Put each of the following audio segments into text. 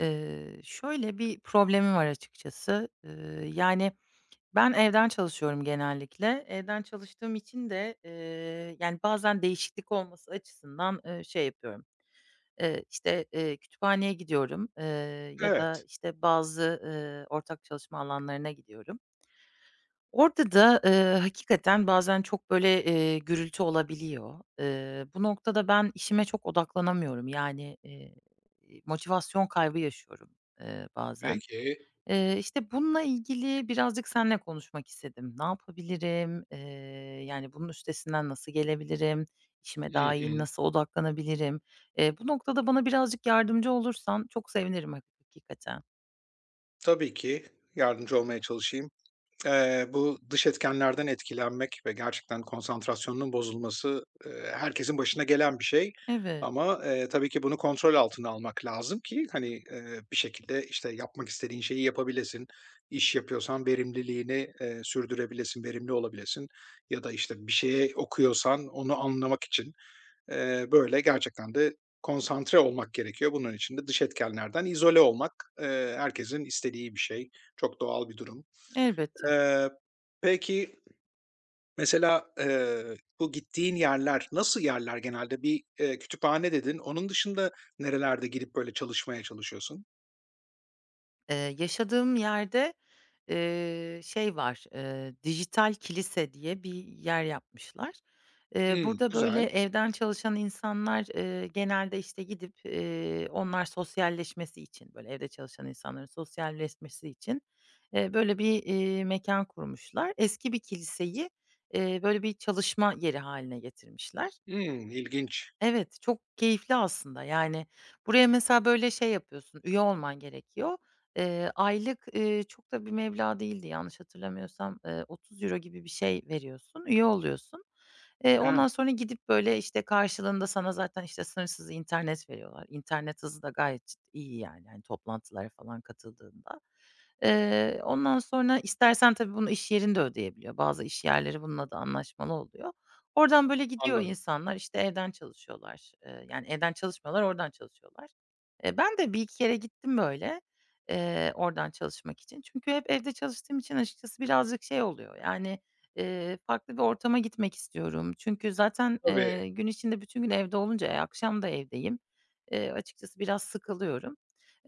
Şöyle bir problemim var açıkçası. Yani, ben evden çalışıyorum genellikle. Evden çalıştığım için de, yani, bazen değişiklik olması açısından, şey yapıyorum, işte, kütüphaneye gidiyorum, ya da, Evet, işte, bazı, ortak çalışma alanlarına gidiyorum. Orada da, hakikaten bazen çok, böyle, gürültü olabiliyor. Bu noktada ben işime çok odaklanamıyorum. Yani, motivasyon kaybı yaşıyorum, bazen. peki. İşte, bununla ilgili birazcık seninle konuşmak istedim. Ne yapabilirim? Yani, bunun üstesinden nasıl gelebilirim? İşime Hı daha iyi hı. nasıl odaklanabilirim? Bu noktada bana birazcık yardımcı olursan çok sevinirim hakikaten. Tabii ki yardımcı olmaya çalışayım. Bu dış etkenlerden etkilenmek ve gerçekten konsantrasyonunun bozulması, herkesin başına gelen bir şey. Evet, Ama, tabii ki bunu kontrol altına almak lazım ki, hani, bir şekilde, işte, yapmak istediğin şeyi yapabilesin. İş yapıyorsan verimliliğini, sürdürebilesin, verimli olabilesin ya da, işte, bir şeye okuyorsan onu anlamak için, böyle gerçekten de konsantre olmak gerekiyor. Bunun için de dış etkenlerden izole olmak, herkesin istediği bir şey. Çok doğal bir durum. elbette. Eee, peki mesela, bu gittiğin yerler nasıl yerler genelde? Bir, kütüphane dedin. Onun dışında nerelerde gidip böyle çalışmaya çalışıyorsun? Yaşadığım yerde, şey var, dijital kilise diye bir yer yapmışlar. Eee, Hımm, burada, böyle, güzel. evden çalışan insanlar, genelde, işte, gidip, onlar sosyalleşmesi için, böyle, evde çalışan insanların sosyalleşmesi için, böyle bir, mekân kurmuşlar. Eski bir kiliseyi, böyle bir çalışma yeri haline getirmişler. Hımm, ilginç. Evet, çok keyifli aslında. Yani, buraya mesela, böyle, şey yapıyorsun, üye olman gerekiyor. Aylık, çok da bir meblağ değildi yanlış hatırlamıyorsam, 30 euro gibi bir şey veriyorsun, üye oluyorsun. Eee, He, ondan sonra gidip, böyle, işte, karşılığında sana zaten, işte, sınırsız internet veriyorlar. İnternet hızı da gayet iyi yani, hani, toplantılara falan katıldığında. Ondan sonra istersen tabii bunu iş yerinde ödeyebiliyor. Bazı iş yerleri bununla da anlaşmalı oluyor. Oradan böyle gidiyor anladım. insanlar, işte, evden çalışıyorlar. Yani evden çalışmıyorlar, oradan çalışıyorlar. Ben de bir iki kere gittim böyle, oradan çalışmak için. Çünkü hep evde çalıştığım için açıkçası birazcık şey oluyor, yani, farklı bir ortama gitmek istiyorum. Çünkü zaten, Tabii. gün içinde bütün gün evde olunca, akşam da evdeyim. Açıkçası biraz sıkılıyorum.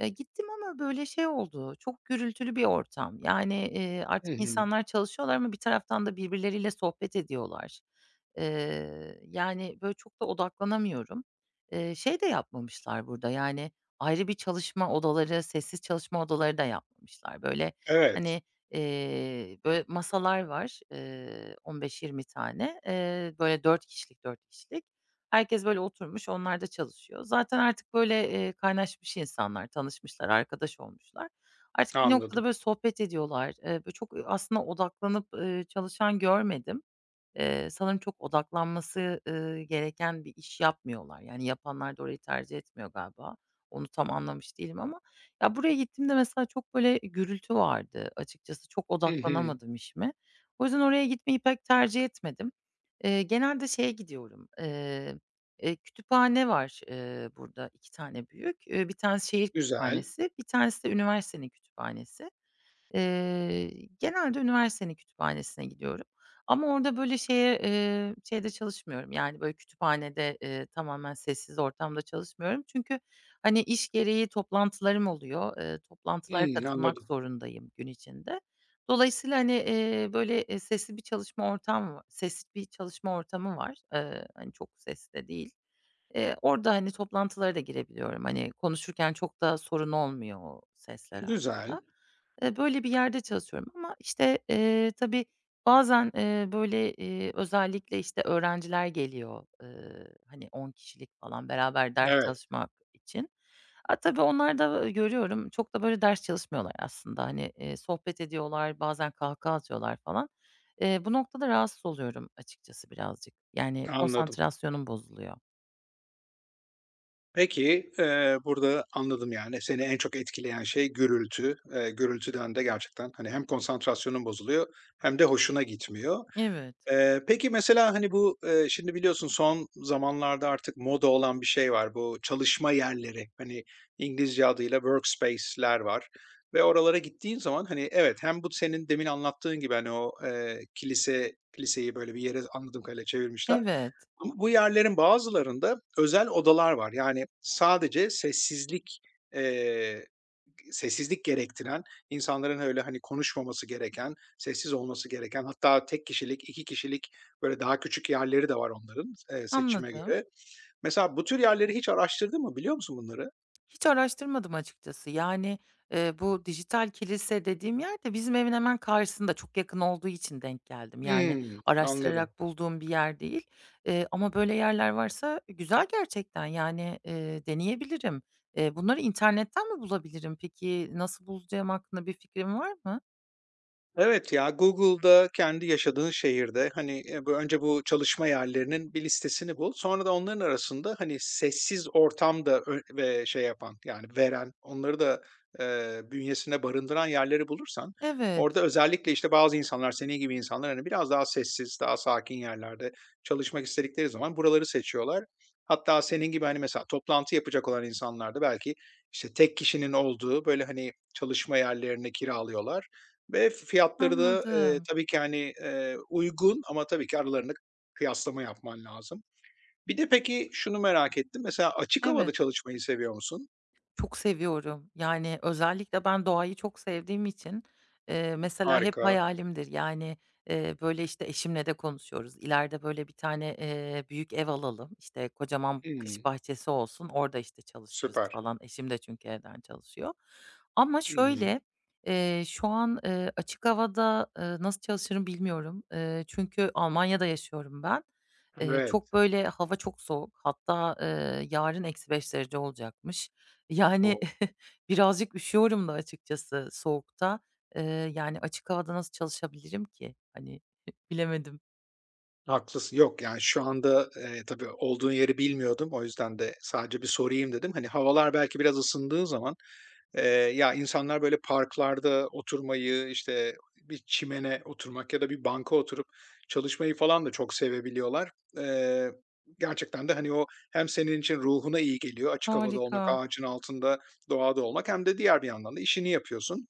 Gittim ama böyle şey oldu, çok gürültülü bir ortam. Yani, Hı artık hı. insanlar çalışıyorlar ama bir taraftan da birbirleriyle sohbet ediyorlar. Yani, böyle, çok da odaklanamıyorum. Şey de yapmamışlar burada, yani, ayrı bir çalışma odaları, sessiz çalışma odaları da yapmamışlar. Böyle, Evet, hani, böyle, masalar var, 15-20 tane. Böyle, 4 kişilik, 4 kişilik. Herkes, böyle, oturmuş onlar da çalışıyor. Zaten artık, böyle, kaynaşmış insanlar, tanışmışlar, arkadaş olmuşlar. Artık bir noktada, anladım. böyle, sohbet ediyorlar. Böyle, çok aslında odaklanıp, çalışan görmedim. Sanırım çok odaklanması, gereken bir iş yapmıyorlar. Yani, yapanlar da orayı tercih etmiyor galiba. Onu tam anlamış değilim ama ya, buraya gittiğimde mesela çok, böyle, gürültü vardı açıkçası. Çok Hı hı. odaklanamadım işime. O yüzden oraya gitmeyi pek tercih etmedim. Genelde şeye gidiyorum, kütüphane var, burada 2 tane büyük. Bir tanesi şehir Güzel. kütüphanesi, bir tanesi de üniversitenin kütüphanesi. Genelde üniversitenin kütüphanesine gidiyorum ama orada böyle şeye, şeyde çalışmıyorum, yani, böyle, kütüphanede, tamamen sessiz ortamda çalışmıyorum. Çünkü, hani, iş gereği toplantılarım oluyor. Toplantılara Hımm, katılmak anladım. zorundayım gün içinde. Dolayısıyla, hani, böyle, sesli bir çalışma ortamı var. Hani, çok sesli de değil. Orada, hani, toplantılara da girebiliyorum. Hani, konuşurken çok da sorun olmuyor o sesler Güzel. arkada. Böyle bir yerde çalışıyorum ama, işte, tabii bazen, böyle, özellikle, işte, öğrenciler geliyor. Hani, 10 kişilik falan beraber ders Evet, çalışmak için. A, tabii onlar da, görüyorum çok da böyle ders çalışmıyorlar aslında. Hani, sohbet ediyorlar, bazen kahkaha atıyorlar falan. Bu noktada rahatsız oluyorum açıkçası birazcık. Yani anladım. konsantrasyonum bozuluyor. Peki, burada anladım, yani, seni en çok etkileyen şey gürültü. Gürültüden de gerçekten, hani, hem konsantrasyonun bozuluyor hem de hoşuna gitmiyor. Evet. Peki, mesela, hani, bu, şimdi biliyorsun son zamanlarda artık moda olan bir şey var. Bu çalışma yerleri, hani, İngilizce adıyla workspace'ler var ve oralara gittiğin zaman, hani, evet, hem bu senin demin anlattığın gibi, hani, o, kiliseyi böyle bir yere anladığım kadarıyla çevirmişler Evet, ama bu yerlerin bazılarında özel odalar var. Yani sadece eee, sessizlik gerektiren, insanların öyle, hani, konuşmaması gereken, sessiz olması gereken hatta tek kişilik, 2 kişilik, böyle, daha küçük yerleri de var onların, seçime anladım. göre. Mesela bu tür yerleri hiç araştırdın mı? Biliyor musun bunları? Hiç araştırmadım açıkçası. Yani, bu dijital kilise dediğim yerde bizim evin hemen karşısında, çok yakın olduğu için denk geldim. Yani Hımm, anladım. araştırarak bulduğum bir yer değil, ama böyle yerler varsa güzel gerçekten. Yani, deneyebilirim. Bunları internetten mi bulabilirim peki? Nasıl bulacağım hakkında bir fikrim var mı? Evet ya Google'da kendi yaşadığın şehirde hani, önce bu çalışma yerlerinin bir listesini bul. Sonra da onların arasında, hani, sessiz ortam da ö ve şey yapan yani veren onları da, bünyesinde barındıran yerleri bulursan Evet, orada özellikle, işte, bazı insanlar senin gibi insanlar, hani, biraz daha sessiz, daha sakin yerlerde çalışmak istedikleri zaman buraları seçiyorlar. Hatta senin gibi, hani, mesela toplantı yapacak olan insanlar da belki, işte, tek kişinin olduğu böyle, hani, çalışma yerlerini kiralıyorlar. Ve fiyatları da, anladım. tabii ki, hani, uygun ama tabii ki aralarında kıyaslama yapman lazım. Bir de peki şunu merak ettim. Mesela açık Evet. havada çalışmayı seviyor musun? Çok seviyorum. Yani, özellikle ben doğayı çok sevdiğim için, mesela hep Harika. hayalimdir. Yani, böyle, işte, eşimle de konuşuyoruz. İleride, böyle, bir tane, büyük ev alalım. İşte, kocaman Hımm, kış bahçesi olsun. Orada, işte, çalışırız süper. falan. Eşim de çünkü evden çalışıyor. Ama Hı hı. şöyle, şu an, açık havada, nasıl çalışırım bilmiyorum. Çünkü Almanya'da yaşıyorum ben. Eee, Evet. çok, böyle, hava çok soğuk. Hatta, yarın -5 derece olacakmış. Yani, birazcık üşüyorum da açıkçası soğukta. Eee, yani, açık havada nasıl çalışabilirim ki? Hani, bilemedim. Haklısın. Yok, yani, şu anda, tabii olduğun yeri bilmiyordum. O yüzden de sadece bir sorayım dedim. Hani, havalar belki biraz ısındığı zaman, ya, insanlar böyle parklarda oturmayı, işte, bir çimene oturmak ya da bir banka oturup çalışmayı falan da çok sevebiliyorlar. Eee, gerçekten de, hani, o hem senin için ruhuna iyi geliyor açık havada olmak, Harika. ağacın altında, doğada olmak hem de diğer bir yandan da işini yapıyorsun.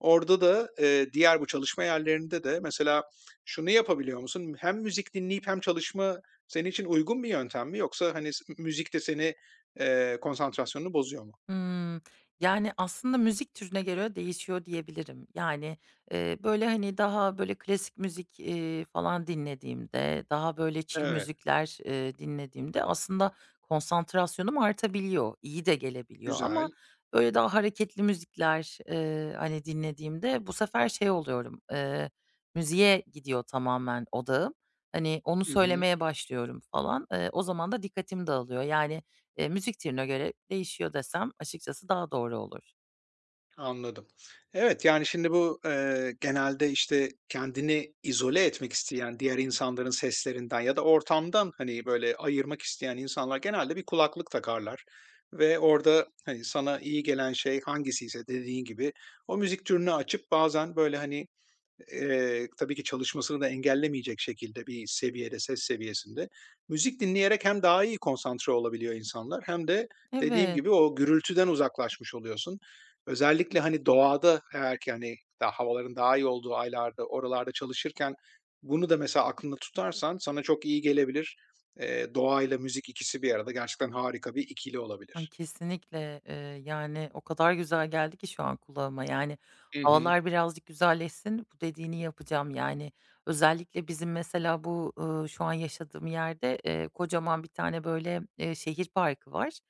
Orada da, diğer bu çalışma yerlerinde de mesela şunu yapabiliyor musun? Hem müzik dinleyip hem çalışma senin için uygun bir yöntem mi yoksa, hani, müzik de seni, konsantrasyonunu bozuyor mu? Hımm. Yani, aslında müzik türüne göre değişiyor diyebilirim. Yani, böyle, hani, daha, böyle, klasik müzik, falan dinlediğimde, daha, böyle, chill Evet, müzikler, dinlediğimde aslında konsantrasyonum artabiliyor, iyi de gelebiliyor ama güzel. böyle daha hareketli müzikler, hani, dinlediğimde bu sefer şey oluyorum, müziğe gidiyor tamamen odağım. Hani, onu Hı hı, söylemeye başlıyorum falan. O zaman da dikkatim dağılıyor. Yani, müzik türüne göre değişiyor desem açıkçası daha doğru olur. anladım. Evet, yani, şimdi bu, genelde, işte, kendini izole etmek isteyen, diğer insanların seslerinden ya da ortamdan, hani, böyle, ayırmak isteyen insanlar genelde bir kulaklık takarlar ve orada, hani, sana iyi gelen şey hangisiyse dediğin gibi o müzik türünü açıp bazen, böyle, hani, tabii ki çalışmasını da engellemeyecek şekilde bir seviyede, ses seviyesinde. Müzik dinleyerek hem daha iyi konsantre olabiliyor insanlar hem de dediğim Evet. gibi o gürültüden uzaklaşmış oluyorsun. Özellikle, hani, doğada eğer ki, hani, daha havaların daha iyi olduğu aylarda, oralarda çalışırken bunu da mesela aklında tutarsan sana çok iyi gelebilir. Doğayla müzik ikisi bir arada gerçekten harika bir ikili Ay, olabilir. kesinlikle, yani, o kadar güzel geldi ki şu an kulağıma. Yani, Hı hı. havalar birazcık güzelleşsin, bu dediğini yapacağım. Yani, özellikle bizim mesela bu, şu an yaşadığım yerde, kocaman bir tane, böyle, şehir parkı var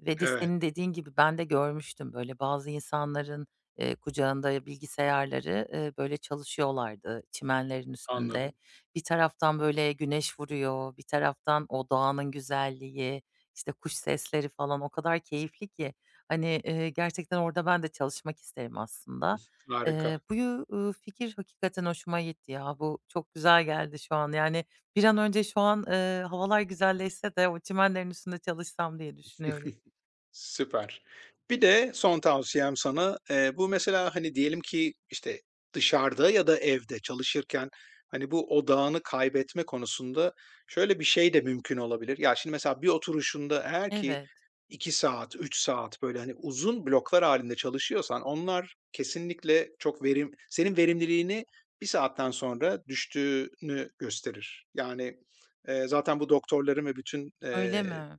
ve de Evet. senin dediğin gibi ben de görmüştüm, böyle, bazı insanların, kucağında bilgisayarları, böyle, çalışıyorlardı çimenlerin üstünde. Anladım. Bir taraftan, böyle, güneş vuruyor, bir taraftan o doğanın güzelliği, işte, kuş sesleri falan o kadar keyifli ki, hani, gerçekten orada ben de çalışmak isterim aslında. Harika. Bu yu fikir hakikaten hoşuma gitti ya. Bu çok güzel geldi şu an. Yani, bir an önce şu an, havalar güzelleşse de o çimenlerin üstünde çalışsam diye düşünüyorum. Süper. Bir de son tavsiyem sana, bu mesela, hani, diyelim ki, işte, dışarıda ya da evde çalışırken, hani, bu odağını kaybetme konusunda şöyle bir şey de mümkün olabilir. Ya, şimdi mesela bir oturuşunda eğer ki Evet. 2 saat, 3 saat, böyle, hani, uzun bloklar halinde çalışıyorsan onlar kesinlikle çok senin verimliliğini bir saatten sonra düştüğünü gösterir. Yani, zaten bu doktorların ve bütün, Öyle mi?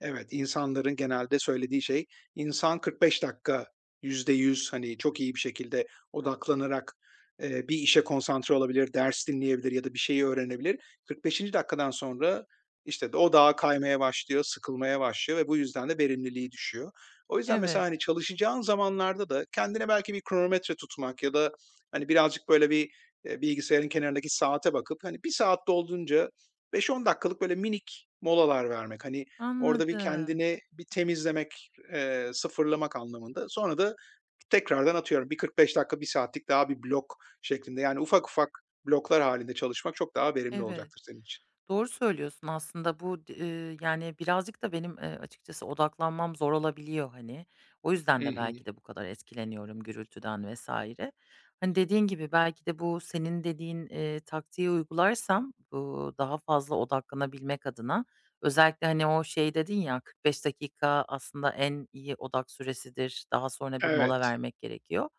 Evet, insanların genelde söylediği şey, insan 45 dakika %100 hani çok iyi bir şekilde odaklanarak, bir işe konsantre olabilir, ders dinleyebilir ya da bir şeyi öğrenebilir. 45'inci dakikadan sonra, işte, d o dağa kaymaya başlıyor, sıkılmaya başlıyor ve bu yüzden de verimliliği düşüyor. O yüzden mesela, Evet. hani, çalışacağın zamanlarda da kendine belki bir kronometre tutmak ya da, hani, birazcık böyle bir, bilgisayarın kenarındaki saate bakıp, hani, bir saat dolduğunca 5-10 dakikalık böyle minik molalar vermek. Hani, Orada bir Anladım. kendini bir temizlemek, sıfırlamak anlamında. Sonra da tekrardan atıyorum bir 45 dakika, bir saatlik daha bir blok şeklinde. Yani ufak ufak bloklar halinde çalışmak çok daha verimli Evet. olacaktır senin için. Doğru söylüyorsun aslında. Bu d eee, yani, birazcık da benim, açıkçası odaklanmam zor olabiliyor, hani. O Hı yüzden de hı. belki de bu kadar etkileniyorum gürültüden vesaire. Hani, dediğin gibi belki de bu senin dediğin, taktiği uygularsam, bu daha fazla odaklanabilmek adına özellikle, hani, o şey dedin ya, 45 dakika aslında en iyi odak süresidir, daha sonra bir mola Evet, vermek gerekiyor.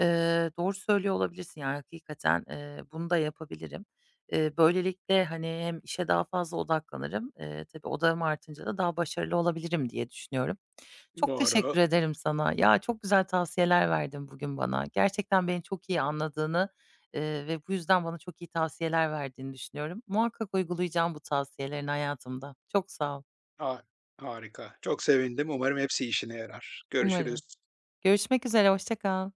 Doğru söylüyor olabilirsin, yani, hakikaten, bunu da yapabilirim. Böylelikle, hani, hem işe daha fazla odaklanırım. Tabii odağım artınca da daha başarılı olabilirim diye düşünüyorum. Çok doğru. teşekkür ederim sana. Ya, çok güzel tavsiyeler verdin bugün bana. Gerçekten beni çok iyi anladığını, ve bu yüzden bana çok iyi tavsiyeler verdiğini düşünüyorum. Muhakkak uygulayacağım bu tavsiyelerini hayatımda. Çok sağ ol. Ha harika. Çok sevindim. Umarım hepsi işine yarar. Umarım. Görüşürüz. Görüşmek üzere, hoşça kal.